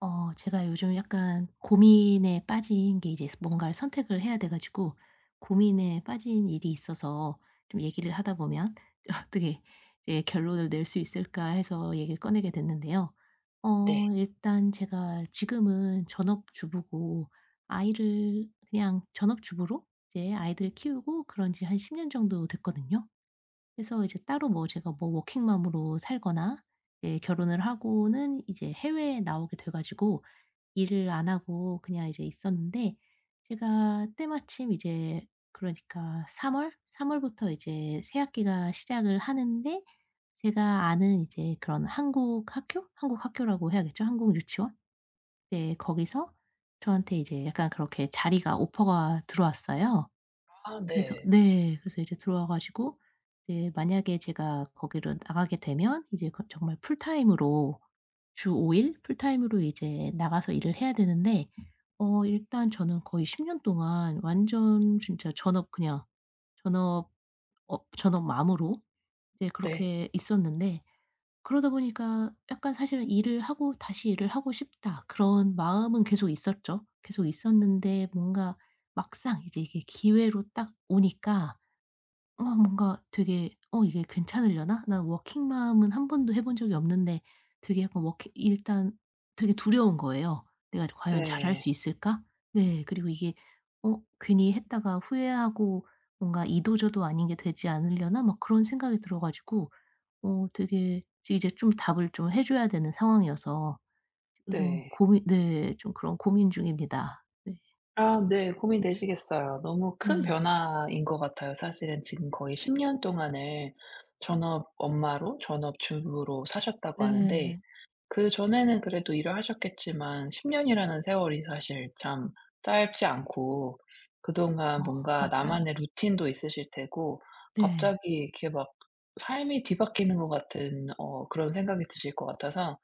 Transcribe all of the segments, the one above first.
제가 요즘 약간 고민에 빠진 게, 이제 뭔가를 선택을 해야 돼 가지고 고민에 빠진 일이 있어서 좀 얘기를 하다 보면 '어떻게 이제 결론을 낼 수 있을까?' 해서 얘기를 꺼내게 됐는데요. 네. 일단 제가 지금은 전업주부고, 아이를 그냥 전업주부로 이제 아이들 키우고 그런 지 한 10년 정도 됐거든요. 그래서 이제 따로 뭐 제가 뭐 워킹맘으로 살거나, 이제 결혼을 하고는 이제 해외에 나오게 돼 가지고 일을 안 하고 그냥 이제 있었는데, 제가 때마침 이제, 그러니까 3월 월? 3월 월부터 이제 새 학기가 시작을 하는데, 제가 아는 이제 그런 한국 학교? 한국 학교라고 해야겠죠? 한국 유치원? 네, 거기서 저한테 이제 약간 그렇게 자리가 오퍼가 들어왔어요. 아 그래서 네. 네. 그래서 이제 들어와 가지고, 이제 만약에 제가 거기를 나가게 되면 이제 그 정말 풀타임으로, 주 5일 풀타임으로 이제 나가서 일을 해야 되는데, 일단 저는 거의 10년 동안 완전 진짜 전업 그냥 전업 전업 맘으로 이제 네. 그렇게 있었는데, 그러다 보니까 약간 사실은 '일을 하고 다시 일을 하고 싶다.' 그런 마음은 계속 있었죠. 계속 있었는데 뭔가 막상 이제 이게 기회로 딱 오니까, 뭔가 되게 '어 이게 괜찮으려나? 난 워킹맘은 한 번도 해본 적이 없는데.' 되게 약간 워킹 일단 되게 두려운 거예요. '내가 과연 잘할 네. 수 있을까?' 네. 그리고 이게 괜히 했다가 후회하고, 뭔가 이도저도 아닌 게 되지 않으려나 막 그런 생각이 들어 가지고, 되게 지 이제 좀 답을 좀 해 줘야 되는 상황이어서 요즘 좀 네. 고민, 네, 좀 그런 고민 중입니다. 네. 아 네. 고민되시겠어요. 너무 큰 네. 변화인 것 같아요. 사실은 지금 거의 10년 동안을 전업 엄마로 전업 주부로 사셨다고 하는데 네. 그전에는 그래도 일을 하셨겠지만 10 년이라는 세월이 사실 참 짧지 않고 그동안 어 뭔가 맞아요. 나만의 루틴도 있으실 테고 갑자기 네. 이렇게 막 삶이 뒤바뀌는 것 같은 그런 생각이 드실 것 같아서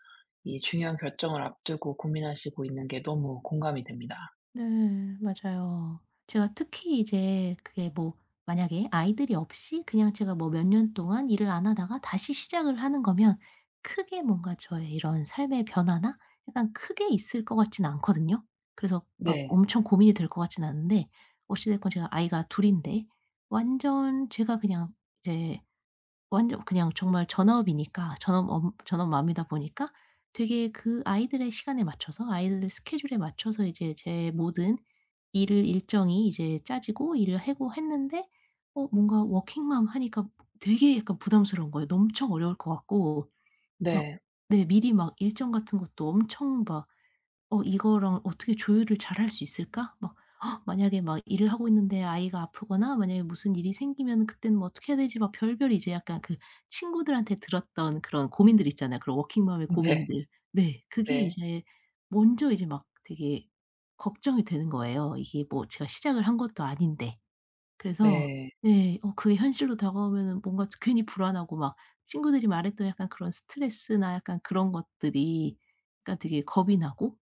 이 중요한 결정을 앞두고 고민하시고 있는 게 너무 공감이 됩니다. 네. 맞아요. 제가 특히 이제 그게 뭐, 만약에 아이들이 없이 그냥 제가 뭐 몇 년 동안 일을 안 하다가 다시 시작을 하는 거면 크게 뭔가 저의 이런 삶의 변화나 약간 크게 있을 것 같진 않거든요. 그래서 막 네. 엄청 고민이 될 것 같진 않은데, 어찌 됐건 제가 아이가 둘 인데 완전 제가 그냥 이제 완전 그냥 정말 전업이니까 전업 맘이다 보니까, 되게 그 아이들의 시간에 맞춰서 아이들의 스케줄에 맞춰서 이제 제 모든 일을 일정이 이제 짜지고 일을 하고 했는데, 뭔가 워킹맘 하니까 되게 약간 부담스러운 거예요. 엄청 어려울 것 같고 막, 네. 네, 미리 막 일정 같은 것도 엄청 막, '어 이거랑 어떻게 조율을 잘할 수 있을까?' 막, 만약에 막 일을 하고 있는데 아이가 아프거나 만약에 무슨 일이 생기면은 그때는 뭐 어떻게 해야 되지? 막 별별 이제 약간 그 친구들한테 들었던 그런 고민들 있잖아요, 그런 워킹맘의 네. 고민들. 네. 그게 네. 이제 먼저 이제 막 되게 걱정이 되는 거예요. 이게 뭐 제가 시작을 한 것도 아닌데. 그래서 네. 네, 그게 현실로 다가오면은 뭔가 괜히 불안하고 막 친구들이 말했던 약간 그런 스트레스나 약간 그런 것들이, 그러니까 되게 겁이 나고,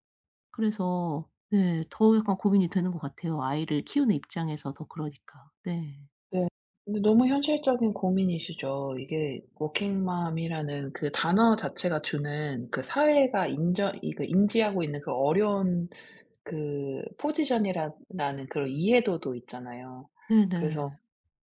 그래서 네, 더 약간 고민이 되는 것 같아요. 아이를 키우는 입장에서 더 그러니까. 네. 네. 근데 너무 현실적인 고민이시죠. 이게 워킹맘이라는 그 단어 자체가 주는 그 사회가 인정 이 그 인지하고 있는 그 어려운 그 포지션이라 라는 그런 이해도도 있잖아요. 그래서 네네.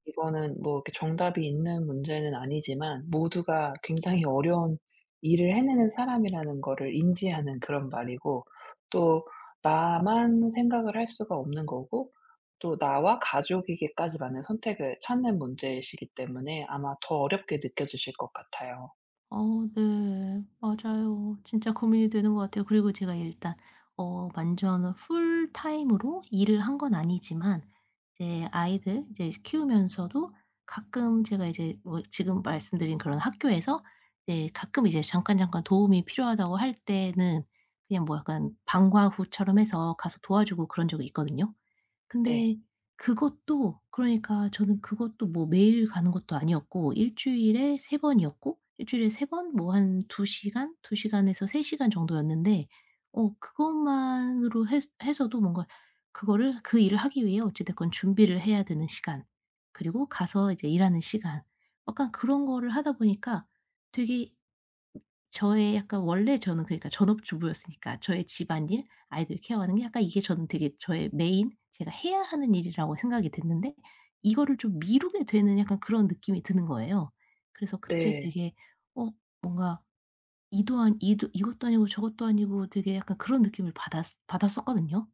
이거는 뭐 이렇게 정답이 있는 문제는 아니지만 모두가 굉장히 어려운 일을 해내는 사람이라는 거를 인지하는 그런 말이고 또 나만 생각을 할 수가 없는 거고 또 나와 가족에게까지만의 선택을 찾는 문제이시기 때문에 아마 더 어렵게 느껴지실 것 같아요. 어 네. 맞아요. 진짜 고민이 되는 것 같아요. 그리고 제가 일단 완전 풀타임으로 일을 한 건 아니지만, 이제 아이들 이제 키우면서도 가끔 제가 이제 뭐 지금 말씀드린 그런 학교에서 이제 가끔 이제 잠깐, 잠깐 도움이 필요하다고 할 때는 그냥 뭐 약간 방과 후처럼 해서 가서 도와주고 그런 적이 있거든요. 네. 근데 그것도, 그러니까 저는 그것도 뭐 매일 가는 것도 아니었고 일 주일에 3번 번이었고 일 주일에 3번 뭐 한 2시간 시간, 2시간 시간에서 3시간 시간 정도였는데, 그것만으로 해 해서도 뭔가 그거를 그 일을 하기 위해 어찌 됐건 준비를 해야 되는 시간, 그리고 가서 이제 일하는 시간, 약간 그런 거를 하다 보니까, 되게 저의 약간 원래 저는, 그러니까 전업주부였으니까 저의 집안일, 아이들 케어하는 게 약간 이게 저는 되게 저의 메인 제가 해야 하는 일이라고 생각이 됐는데, 이거를 좀 미루게 되는 약간 그런 느낌이 드는 거예요. 그래서 그때 네. 되게 어 뭔가 이도 안 이도 이것도 아니고 저것도 아니고 되게 약간 그런 느낌을 받았었거든요.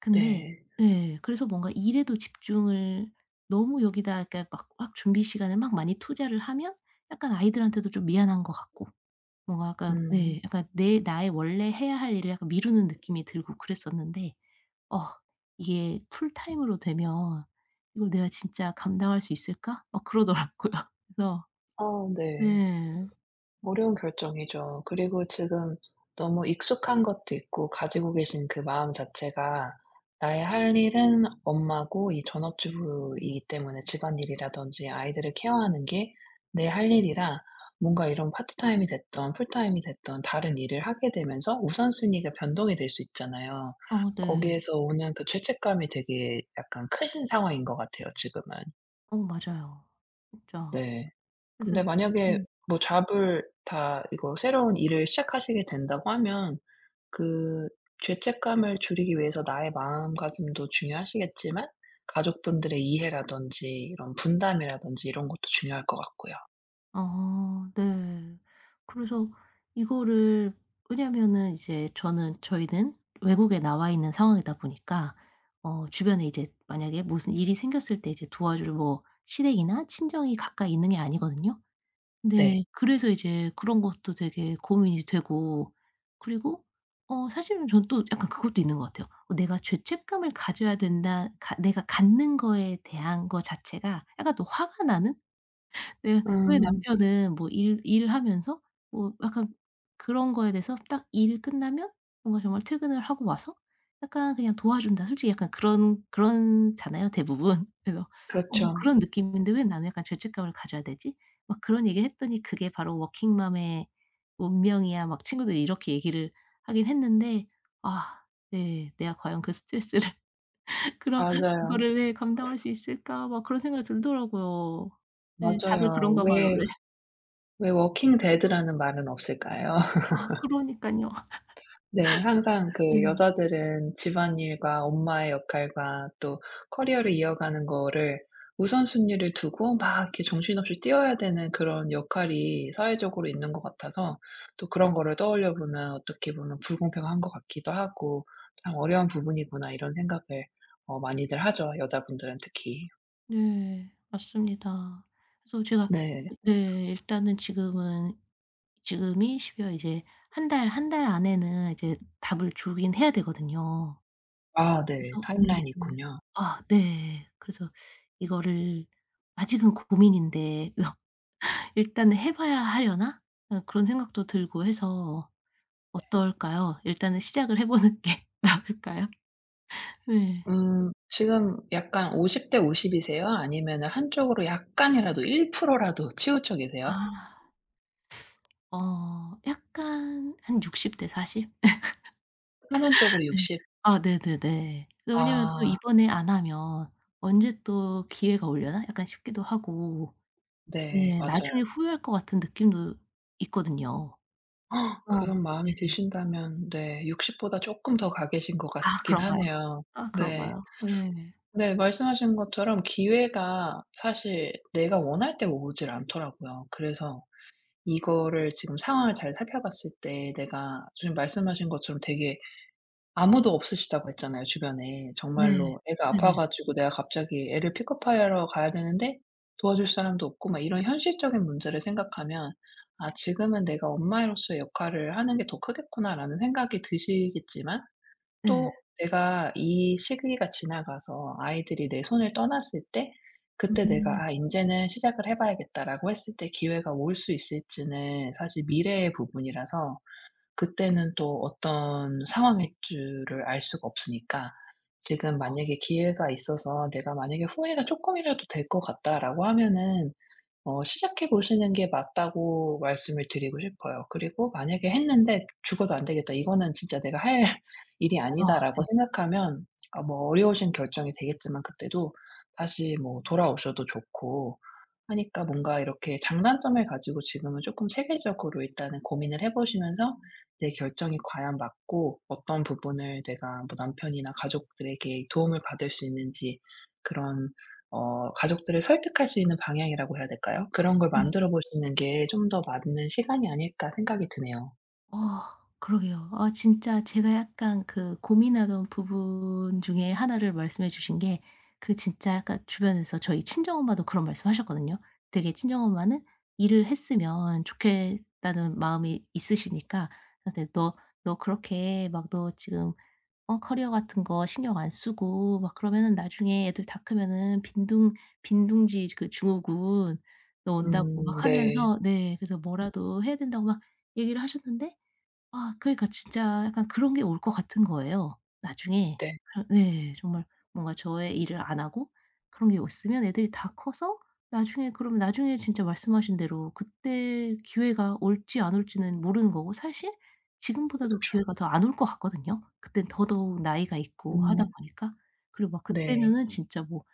근데 네. 네, 그래서 뭔가 일에도 집중을 너무 여기다, 그러니까 막 준비 시간을 막 많이 투자를 하면 약간 아이들한테도 좀 미안한 것 같고, 뭔가 약간 음. 네 약간 내 나의 원래 해야 할 일을 약간 미루는 느낌이 들고 그랬었는데, 어 이게 풀타임으로 되면 '이걸 내가 진짜 감당할 수 있을까?' 막 그러더라고요. 그래서 어 네. 네. 어려운 결정이죠. 그리고 지금 너무 익숙한 것도 있고 가지고 계신 그 마음 자체가 나의 할 일은 엄마고 이 전업주부이기 때문에 집안일이라든지 아이들을 케어하는 게 내 할 일이라 뭔가 이런 파트타임이 됐던 풀타임이 됐던 다른 일을 하게 되면서 우선순위가 변동이 될 수 있잖아요. 네. 거기에서 오는 그 죄책감이 되게 약간 크신 상황인 것 같아요, 지금은. 맞아요. 진짜. 네. 그래서 근데 만약에 네. 뭐 잡을 다 이거 새로운 일을 시작하시게 된다고 하면 그 죄책감을 줄이기 위해서 나의 마음가짐도 중요하시겠지만 가족분들의 이해라든지 이런 분담이라든지 이런 것도 중요할 것 같고요. 아 네. 그래서 이거를, 왜냐면은 이제 저는 저희는 외국에 나와 있는 상황이다 보니까, 주변에 이제 만약에 무슨 일이 생겼을 때 이제 도와줄 뭐 시댁이나 친정이 가까이 있는 게 아니거든요. 네. 네. 그래서 이제 그런 것도 되게 고민이 되고, 그리고 사실은 전 또 약간 그것도 있는 것 같아요. '내가 죄책감을 가져야 된다. 가 내가 갖는 거에 대한 거 자체가 약간 또 화가 나는.' 네. 왜 음 남편은 뭐 일 일하면서, 뭐 약간 그런 거에 대해서 딱 일 끝나면 뭔가 정말 퇴근을 하고 와서 약간 그냥 도와준다. 솔직히 약간 그런 그렇잖아요 대부분. 그래서 뭐 그렇죠. 그런 느낌인데 왜 나는 약간 죄책감을 가져야 되지? 막 그런 얘기를 했더니 그게 바로 워킹맘의 운명이야, 막 친구들이 이렇게 얘기를 하긴 했는데. 아 네. 내가 과연 그 스트레스를, 그런, 맞아요. 그거를, 네, 감당할 수 있을까 막 그런 생각이 들더라고요. 네 맞아요. 다들 그런가 봐요. 왜 네. 왜 워킹 데드라는 말은 없을까요? 아 그러니깐요. 네. 항상 네. 그 여자들은 집안일과 엄마의 역할과 또 커리어를 이어가는 거를 우선순위를 두고 막 이렇게 정신없이 뛰어야 되는 그런 역할이 사회적으로 있는 것 같아서 또 그런 거를 떠올려 보면 어떻게 보면 불공평한 것 같기도 하고 '참 어려운 부분이구나.' 이런 생각을 많이들 하죠, 여자분들은 특히. 네. 맞습니다. 그래서 제가 네. 네, 일단은 지금은 지금이 십2월, 이제 한 달, 한 달 안에는 이제 답을 주긴 해야 되거든요. 아 네. 그래서 네. 타임라인이 있군요. 아 네. 그래서 이거를, 아직은 고민인데 '일단은 해 봐야 하려나?' 그런 생각도 들고 해서 어떨까요? 일단은 시작을 해 보는 게 나을까요? 네. 지금 약간 50대 50 이세요? 아니면은 한쪽으로 약간이라도 1% 라도 치우쳐 계세요? 아. 약간 한 60대 40? 네. 하는 쪽으로 60 아 네네네. 그 왜냐면 또 아 이번에 안 하면 언제 또 기회가 오려나 약간 싶기도 하고, 네 네 나중에 맞아요. 후회할 것 같은 느낌도 있거든요. 헉, 그런 마음이 네. 드신다면 네 60 보다 조금 더 가 계신 것 아 같긴 그런가요? 하네요. 아 네. 그런가요? 네. 네 말씀하신 것처럼 기회가 사실 내가 원할 때 오질 않더라고요. 그래서 이거를 지금 상황을 잘 살펴봤을 때 내가 지금 말씀하신 것처럼 되게 아무도 없으시다고 했잖아요, 주변에. 네. 정말로 애가 아파 네네. 가지고 내가 갑자기 애를 픽업하러 가야 되는데 도와줄 사람도 없고 막 이런 현실적인 문제를 생각하면 '아 지금은 내가 엄마로서의 역할을 하는 게 더 크겠구나.'라는 생각이 드시겠지만 네. 또 내가 이 시기가 지나가서 아이들이 내 손을 떠났을 때 그때 내가 음. '아 인제는 시작을 해 봐야겠다.'라고 했을 때 기회가 올 수 있을지는 사실 미래의 부분이라서 그때는 또 어떤 상황일 줄을 알 수가 없으니까 지금 만약에 기회가 있어서 내가 만약에 '후회가 쪼끔이라도 될 것 같다.'라고 하면은 시작해 보시는 게 맞다고 말씀을 드리고 싶어요. 그리고 만약에 했는데 '죽어도 안 되겠다. 이거는 진짜 내가 할 일이 아 아니다.'라고 네. 생각하면 아 뭐 어려우신 결정이 되겠지만 그때도 다시 뭐 돌아오셔도 좋고 하니까 뭔가 이렇게 장단점을 가지고 지금은 조금 체계적으로 일단은 고민을 해 보시면서 내 결정이 과연 맞고 어떤 부분을 내가 뭐 남편이나 가족들에게 도움을 받을 수 있는지 그런 가족들을 설득할 수 있는 방향이라고 해야 될까요? 그런 걸 네. 만들어 보시는 게 좀 더 맞는 시간이 아닐까 생각이 드네요. 어 그러게요. 아 진짜 제가 약간 그 고민하던 부분 중에 하나를 말씀해 주신 게, 그 진짜 약간 주변에서 저희 친정엄마도 그런 말씀하셨거든요. 되게 친정엄마는 일을 했으면 좋겠다는 마음이 있으시니까. 근데 "너 그렇게 막 너 지금 커리어 같은 거 신경 안 쓰고 막 그러면은 나중에 애들 다 크면은 빈둥지 그 증후군 너 온다고." 막 네. 하면서, 네, 그래서 "뭐라도 해야 된다."고 막 얘기를 하셨는데, 아 그러니까 진짜 약간 그런 게 올 것 같은 거예요, 나중에. 네. 그래 네. 정말 뭔가 저의 일을 안 하고 그런 게 있으면 애들이 다 커서 나중에, 그러면 나중에 진짜 말씀하신 대로 그때 기회가 올지 안 올지는 모르는 거고, 사실 지금보다도 그쵸. 기회가 더 안 올 것 같거든요. 그땐 더더욱 나이가 있고 하다 음 보니까. 그리고 막 네. 그때면은 진짜 뭐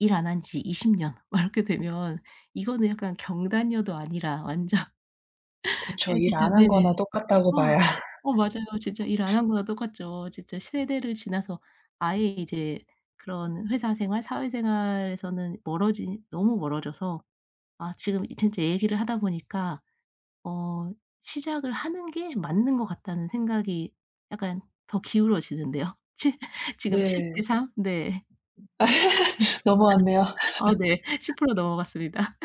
일 안 한 지 20년 년 막 이렇게 되면 이거는 약간 경단녀도 아니라 완전. 그쵸. 예 일 진짜 안 한 거나 네. 똑같다고 아. 봐야 맞아요. 진짜 일 안 한 거나 똑같죠. 진짜 세대를 지나서 아예 이제 그런 회사 생활, 사회 생활에서는 멀어지 너무 멀어져서, 아 지금 이 진짜 얘기를 하다 보니까 어 '시작을 하는 게 맞는 것 같다.'는 생각이 약간 더 기울어지는데요. 칠 지금 네. 7:3, 네. 넘어왔네요. 네. 10% 넘어갔습니다.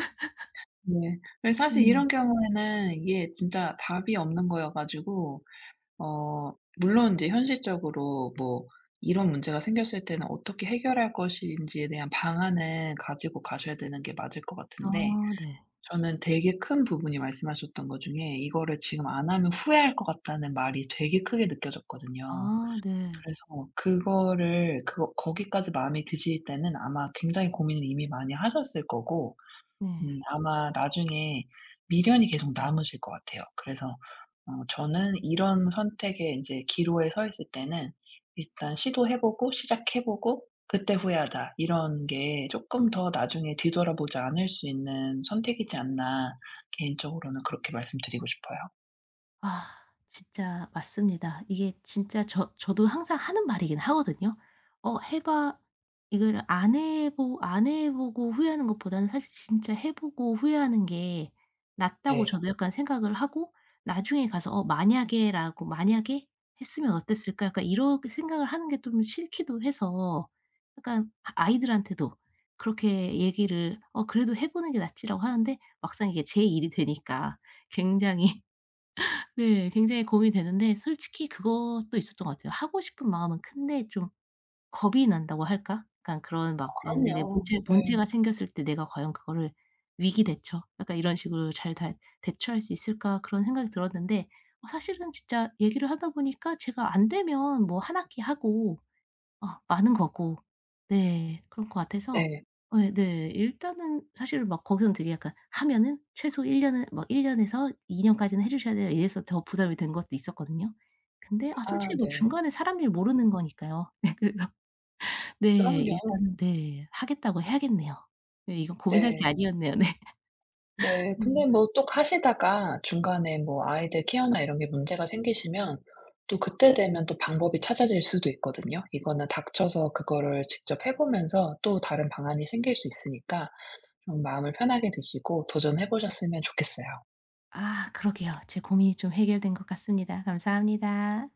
네. 근데 사실 네. 이런 경우에는 이게 진짜 답이 없는 거여 가지고 어 물론 이제 현실적으로 뭐 이런 문제가 생겼을 때는 어떻게 해결할 것인지에 대한 방안을 가지고 가셔야 되는 게 맞을 것 아 같은데 네. 저는 되게 큰 부분이 말씀하셨던 것 중에 이거를 지금 안 하면 후회할 것 같다는 말이 되게 크게 느껴졌거든요. 아 네. 그래서 그거를 그거 거기까지 마음이 드실 때는 아마 굉장히 고민을 이미 많이 하셨을 거고 네. 아마 나중에 미련이 계속 남으실 것 같아요. 그래서 저는 이런 선택의 이제 기로에 서 있을 때는 일단 시도해 보고 시작해 보고 '그때 후회하다.' 이런 게 조금 더 나중에 뒤돌아보지 않을 수 있는 선택이지 않나 개인적으로는 그렇게 말씀드리고 싶어요. 아 진짜 맞습니다. 이게 진짜 저도 항상 하는 말이긴 하거든요. "어 해 봐." 이걸 안 해 보고 후회하는 것보다는 사실 진짜 해 보고 후회하는 게 낫다고 네. 저도 약간 생각을 하고, 나중에 가서 '어 만약에 했으면 어땠을까?' 약간 이렇게 생각을 하는 게 좀 싫기도 해서, 약간 아 아이들한테도 그렇게 얘기를 "어 그래도 해 보는 게 낫지."라고 하는데, 막상 이게 제 일이 되니까 굉장히, 네, 굉장히 고민이 되는데, 솔직히 그것도 있었던 것 같아요. 하고 싶은 마음은 큰데 좀 겁이 난다고 할까? 약간 그런 막, 만약에 그럼요. 문제 네. 문제가 생겼을 때 '내가 과연 그거를 위기 대처 약간 이런 식으로 잘 다 대처할 수 있을까?' 그런 생각이 들었는데, 사실은 진짜 얘기를 하다 보니까 제가 안 되면 뭐 한 학기 하고, 아 많은 거고. 네. 그런 것 같아서 네. 예 네. 일단은 사실 막 거기서는 되게 약간 하면은 최소 1년 년은, 막일 년에서 2년 년까지는 해 주셔야 돼요. 이래서 더 부담이 된 것도 있었거든요. 근데 아 아 솔직히 뭐 네. 중간에 사람 일 모르는 거니까요. 네 그래서 네, 그럼요. 일단은 네 하겠다고 해야겠네요. 네, 이건 고민할 게 네. 아니었네요. 네. 네. 근데 음. 뭐 또 하시다가 중간에 뭐 아이들 케어나 이런 게 문제가 생기시면 또 그때 되면 또 방법이 찾아질 수도 있거든요. 이거는 닥쳐서 그거를 직접 해 보면서 또 다른 방안이 생길 수 있으니까 좀 마음을 편하게 드시고 도전해 보셨으면 좋겠어요. 아 그러게요. 제 고민이 좀 해결된 것 같습니다. 감사합니다.